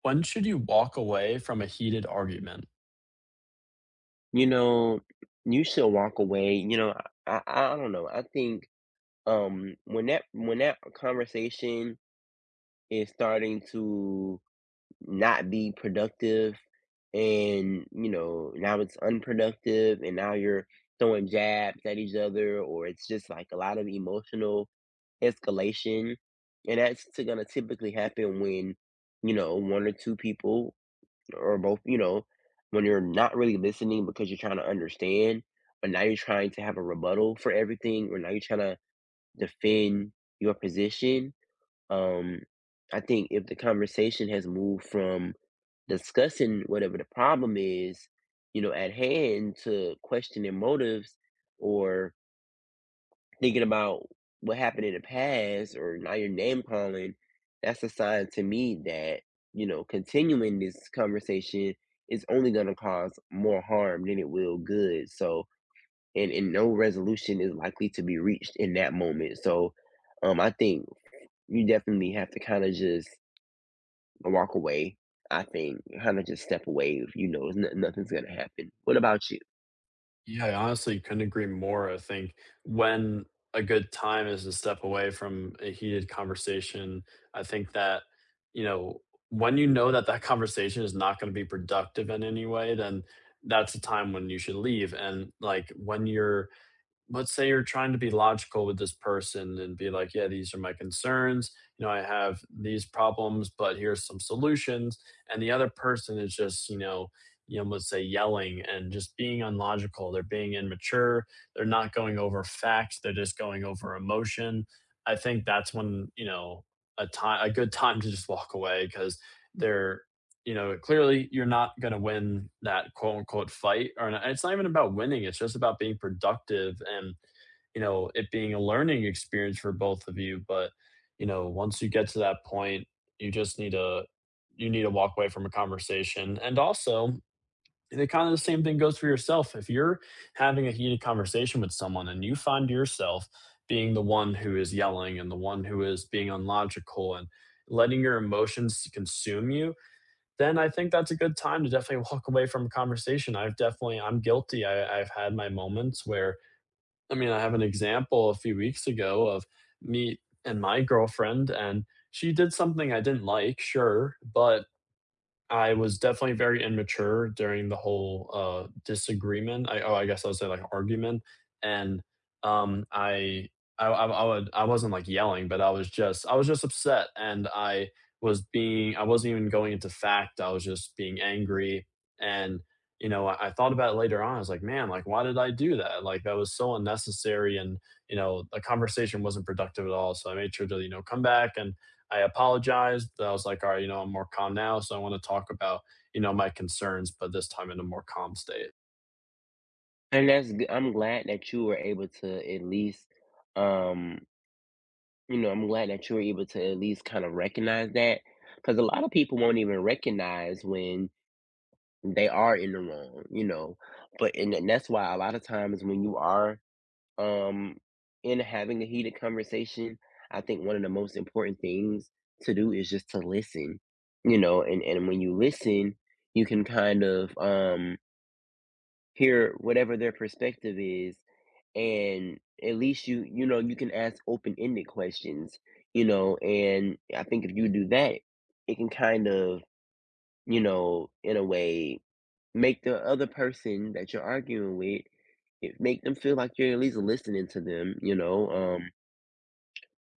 When should you walk away from a heated argument? You know, you should walk away, you know, I don't know, I think, when that conversation is starting to not be productive and, you know, now it's unproductive and now you're throwing jabs at each other or it's just, like, a lot of emotional escalation, and that's t gonna typically happen when, you know, 1 or 2 people or both, you know, when you're not really listening because you're trying to understand, but now you're trying to have a rebuttal for everything, or now you're trying to defend your position. Um, I think if the conversation has moved from discussing whatever the problem is, you know, at hand to questioning motives or thinking about what happened in the past or now you're name calling, that's a sign to me that, you know, continuing this conversation is only going to cause more harm than it will good. So, and no resolution is likely to be reached in that moment. So, I think you definitely have to kind of just walk away. I think kind of just step away if you know it's no- nothing's going to happen. What about you? Yeah, I honestly couldn't agree more. I think when a good time is to step away from a heated conversation, I think that, you know, when you know that that conversation is not going to be productive in any way, then that's the time when you should leave. And when you're, let's say you're trying to be logical with this person and be like, yeah, these are my concerns. You know, I have these problems, but here's some solutions. And the other person is just, you know, let's say yelling and just being unlogical. They're being immature. They're not going over facts. They're just going over emotion. I think that's when, you know, a good time to just walk away because they're you know, clearly you're not going to win that quote unquote fight or not. It's not even about winning. It's just about being productive and, you know, it being a learning experience for both of you. But, you know, once you get to that point, you just need to, you need to walk away from a conversation. And also, the kind of the same thing goes for yourself. If you're having a heated conversation with someone and you find yourself being the one who is yelling and the one who is being unlogical and letting your emotions consume you, then I think that's a good time to definitely walk away from a conversation. I'm guilty. I've had my moments where, I mean, I have an example a few weeks ago of me and my girlfriend, and she did something I didn't like, sure, but I was definitely very immature during the whole, disagreement. I guess I would say, like, argument, and, um, I I wasn't, like, yelling, but I was just upset, and I wasn't even going into fact, I was just being angry, and, you know, I thought about it later on. I was like, "Man, like, why did I do that? Like, that was so unnecessary." And, you know, the conversation wasn't productive at all, so I made sure to, you know, come back and I apologized. I was like, all right, you know, I'm more calm now. So I want to talk about, you know, my concerns, but this time in a more calm state. And that's, I'm glad that you were able to at least, um, you know, I'm glad that you were able to at least kind of recognize that because a lot of people won't even recognize when they are in the wrong, you know. But and that's why a lot of times when you are um in having a heated conversation, I think one of the most important things to do is just to listen, you know, and when you listen, you can kind of hear whatever their perspective is, and at least you know, you can ask open-ended questions, you know. And I think if you do that, it can kind of, you know, in a way, make the other person that you're arguing with, it make them feel like you're at least listening to them, you know.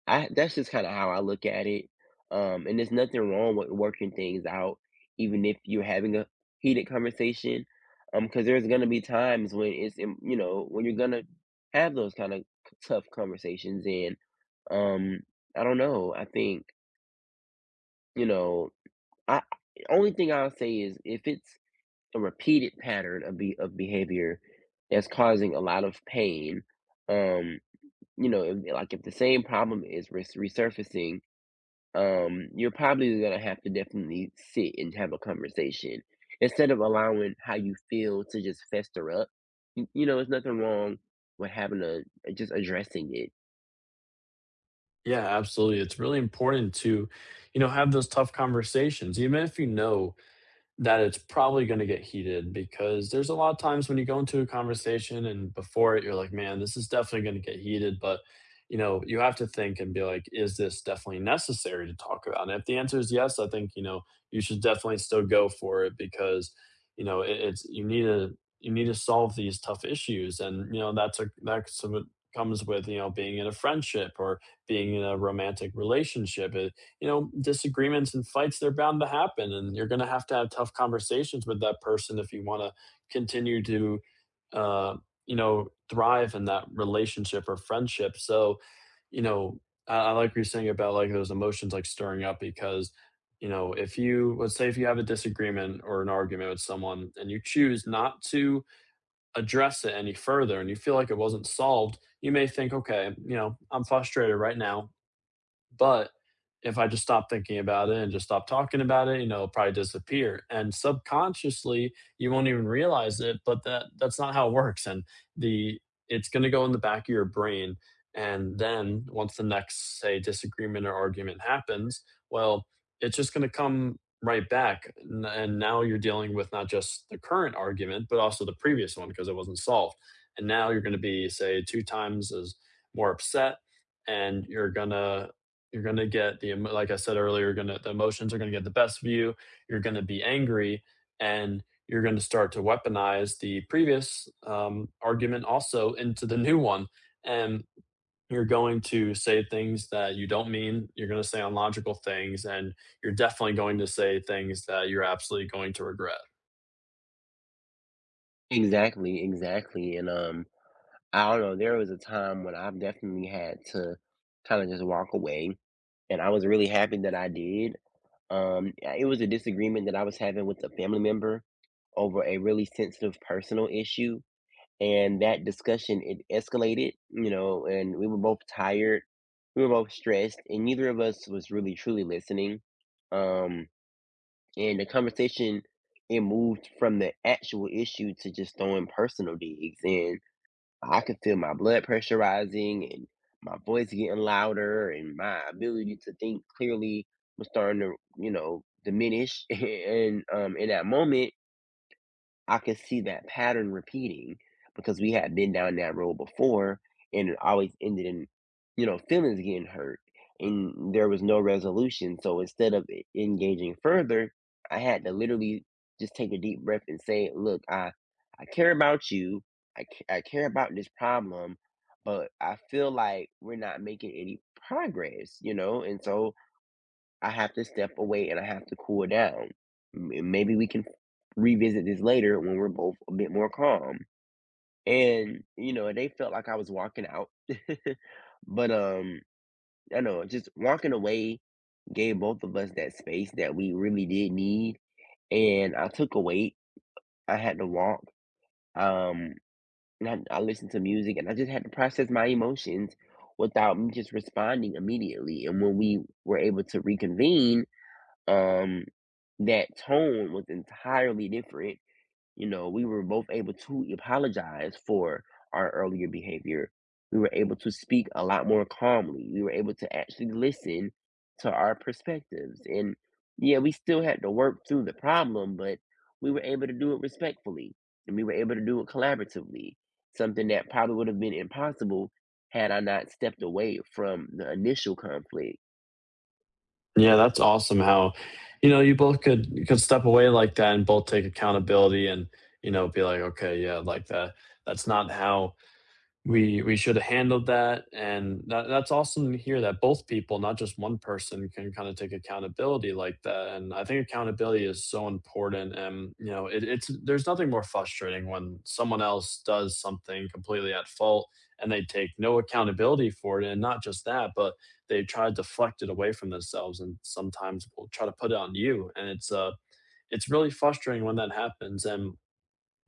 I that's just kinda how I look at it, and there's nothing wrong with working things out, even if you're having a heated conversation. Because there's gonna be times when it's im you know, when you're gonna have those kinda tough conversations. And, um, I don't know, I think, you know, I only thing I'll say is if it's a repeated pattern of be of behavior that's causing a lot of pain, um, you know, if like, if the same problem is resurfacing, you're probably gonna have to definitely sit and have a conversation instead of allowing how you feel to just fester up. You know, there's nothing wrong with having a just addressing it. Yeah, absolutely. It's really important to, you know, have those tough conversations, even if you know that it's probably going to get heated, because there's a lot of times when you go into a conversation and before it you're like, man, this is definitely going to get heated. But you know, you have to think and be like, is this definitely necessary to talk about? And if the answer is yes, I think, you know, you should definitely still go for it because it's you need to, you need to solve these tough issues. And you know, that's a, that's what comes with, you know, being in a friendship or being in a romantic relationship. You know, disagreements and fights, they're bound to happen. And you're going to have tough conversations with that person if you want to continue to, uh, you know, thrive in that relationship or friendship. So, you know, I like what you're saying about like those emotions like stirring up, because, you know, if you, let's say if you have a disagreement or an argument with someone and you choose not to address it any further and you feel like it wasn't solved, you may think, okay, you know, I'm frustrated right now, but if I just stop thinking about it and just stop talking about it, you know, it'll probably disappear. And subconsciously, you won't even realize it, but that's not how it works. And the it's gonna go in the back of your brain. And then once the next, say, disagreement or argument happens, well, it's just gonna come right back. And now you're dealing with not just the current argument, but also the previous one because it wasn't solved. And now you're gonna be, say, two times as more upset, and you're going to get the emo-, like I said earlier, you're going to, the emotions are going to get the best of you. You're going to be angry, and you're going to start to weaponize the previous argument also into the new one. And you're going to say things that you don't mean. You're going to say unlogical things, and you're definitely going to say things that you're absolutely going to regret. Exactly, exactly. And I don't know. There was a time when I've definitely had to kind of just walk away, and I was really happy that I did. Yeah, it was a disagreement that I was having with a family member over a really sensitive personal issue, and that discussion, it escalated, you know, and we were both tired, we were both stressed, and neither of us was really truly listening. um and the conversation, it moved from the actual issue to just throwing personal digs, and I could feel my blood pressure rising and my voice getting louder, and my ability to think clearly was starting to, you know, diminish and um, in that moment I could see that pattern repeating because we had been down that road before, and it always ended in, you know, feelings getting hurt, and there was no resolution. So instead of engaging further, I had to literally just take a deep breath and say, look, I care about you. I care about this problem, but I feel like we're not making any progress, you know? And so I have to step away and I have to cool down. Maybe we can revisit this later when we're both a bit more calm. And you know, they felt like I was walking out, but I know just walking away gave both of us that space that we really did need. And I took a wait. I had to walk. Um, and I listened to music, and I just had to process my emotions without me just responding immediately. And when we were able to reconvene, um, that tone was entirely different. You know, we were both able to apologize for our earlier behavior. We were able to speak a lot more calmly. We were able to actually listen to our perspectives. And yeah, we still had to work through the problem, but we were able to do it respectfully, and we were able to do it collaboratively, something that probably would have been impossible had I not stepped away from the initial conflict. Yeah, that's awesome how, you know, you both could, you could step away like that and both take accountability and, you know, be like, okay, yeah, like that, that's not how we should have handled that. And that, that's awesome to hear that both people, not just one person, can kind of take accountability like that. And I think accountability is so important. And you know it's, there's nothing more frustrating when someone else does something completely at fault and they take no accountability for it. And not just that, but they try to deflect it away from themselves and sometimes will try to put it on you. And it's really frustrating when that happens. And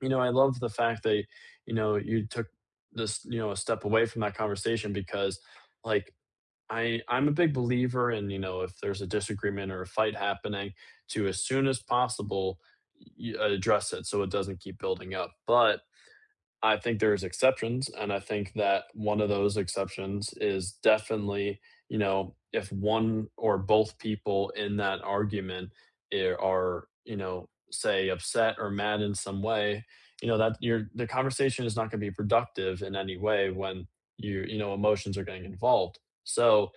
you know, I love the fact that, you know, you took this, you know, a step away from that conversation because, like, I'm a big believer in, you know, if there's a disagreement or a fight happening, to, as soon as possible, y address it so it doesn't keep building up. But I think there's exceptions, and I think that one of those exceptions is definitely, you know, if one or both people in that argument are, you know, say upset or mad in some way, you know, that your the conversation is not gonna be productive in any way when you know, emotions are getting involved. So,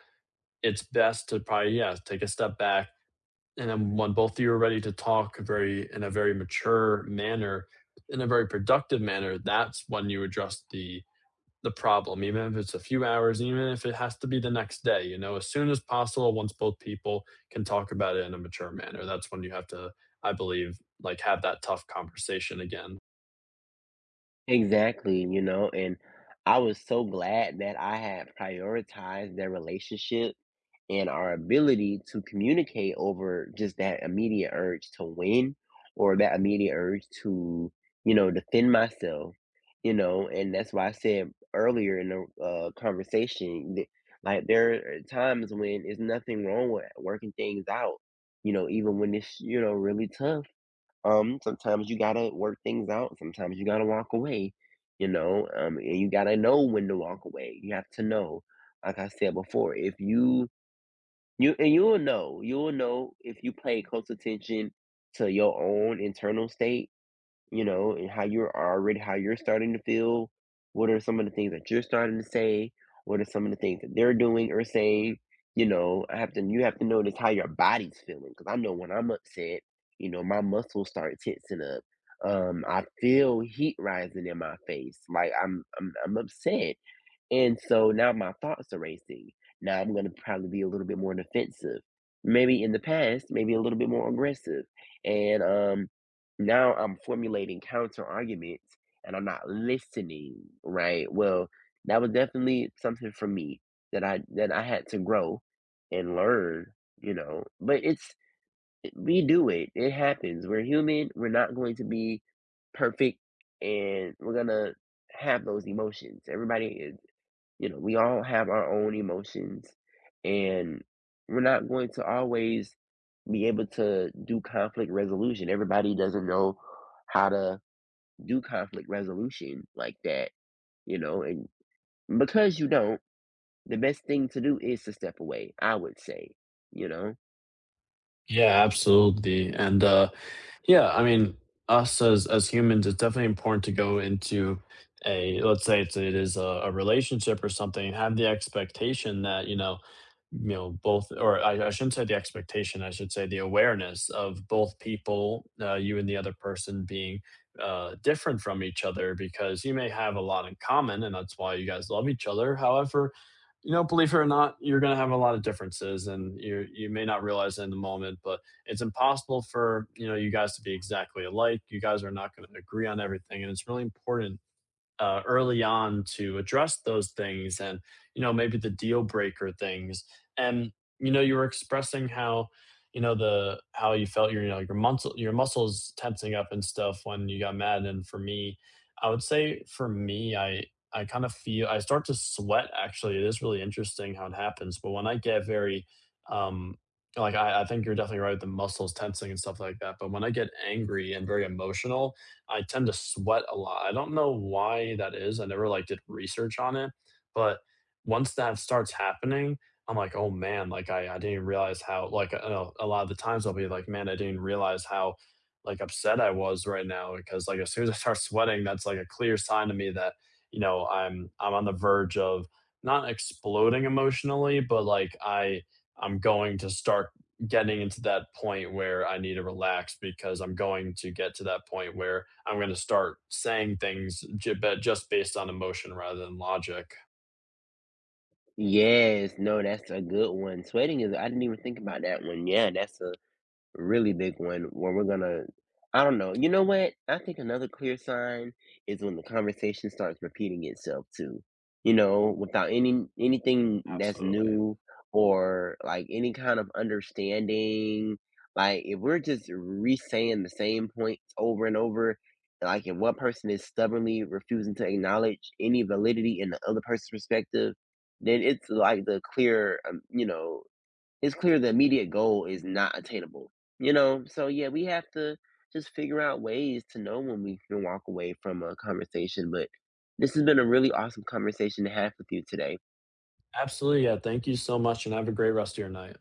it's best to probably, yeah, take a step back, and then when both of you are ready to talk very, in a very mature manner, in a very productive manner, that's when you address the problem, even if it's a few hours, even if it has to be the next day, you know, as soon as possible, once both people can talk about it in a mature manner, that's when you have to, I believe, like, have that tough conversation again. Exactly, you know, and I was so glad that I had prioritized their relationship and our ability to communicate over just that immediate urge to win, or that immediate urge to, you know, defend myself, you know, and that's why I said earlier in the conversation that, like, there are times when there's nothing wrong with working things out, you know, even when it's, you know, really tough. Um, sometimes you gotta work things out, sometimes you gotta walk away, you know, and you gotta know when to walk away. You have to know, like I said before, if you you and you'll know if you pay close attention to your own internal state, you know, and how you're already, how you're starting to feel. What are some of the things that you're starting to say? What are some of the things that they're doing or saying? You know, I have to you have to notice how your body's feeling because I know when I'm upset, you know, my muscles start tensing up. I feel heat rising in my face, like I'm upset. And so now my thoughts are racing. Now I'm going to probably be a little bit more defensive. Maybe in the past, maybe a little bit more aggressive. And now I'm formulating counter arguments and I'm not listening, right? Well, that was definitely something for me that I had to grow and learn, you know. But it's, we do it. It happens. We're human. We're not going to be perfect, and we're going to have those emotions. Everybody is, you know, we all have our own emotions, and we're not going to always be able to do conflict resolution. Everybody doesn't know how to do conflict resolution like that, you know, and because you don't, the best thing to do is to step away, I would say, you know. Yeah, absolutely. And yeah, I mean, us as humans, it's definitely important to go into a let's say it is a relationship or something, have the expectation that you know, both, or I shouldn't say the expectation, I should say the awareness of both people, you and the other person being different from each other, because you may have a lot in common, and that's why you guys love each other. However, you know, believe it or not, you're going to have a lot of differences, and you may not realize it in the moment, but it's impossible for, you know, you guys to be exactly alike. You guys are not going to agree on everything, and it's really important early on to address those things and, you know, maybe the deal breaker things. And you know, you were expressing how, you know, the how you felt you know, your muscles tensing up and stuff when you got mad. And for me, I would say for me, I kind of feel, I start to sweat, actually. It is really interesting how it happens, but when I get very um like I think you're definitely right with the muscles tensing and stuff like that. But when I get angry and very emotional, I tend to sweat a lot. I don't know why that is. I never, like, did research on it, but once that starts happening, I'm like, "Oh, man," like, I didn't even realize how, like, a lot of the times I'll be like, "Man, I didn't realize how, like, upset I was right now," because, like, as soon as I start sweating, that's, like, a clear sign to me that, you know, I'm on the verge of not exploding emotionally, but, like, I, I'm going to start getting into that point where I need to relax, because I'm going to get to that point where I'm going to start saying things but just based on emotion rather than logic. Yes, no, that's a good one. Sweating is, I didn't even think about that one. Yeah, that's a really big one where we're gonna, I don't know. You know what? I think another clear sign is when the conversation starts repeating itself too. You know, without anything that's Absolutely. new or like any kind of understanding. Like if we're just re-saying the same points over and over, like if one person is stubbornly refusing to acknowledge any validity in the other person's perspective, then it's like the clear, you know, it's clear the immediate goal is not attainable, you know? So, yeah, we have to just figure out ways to know when we can walk away from a conversation. But this has been a really awesome conversation to have with you today. Absolutely. Yeah. Thank you so much, and have a great rest of your night.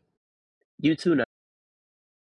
You too.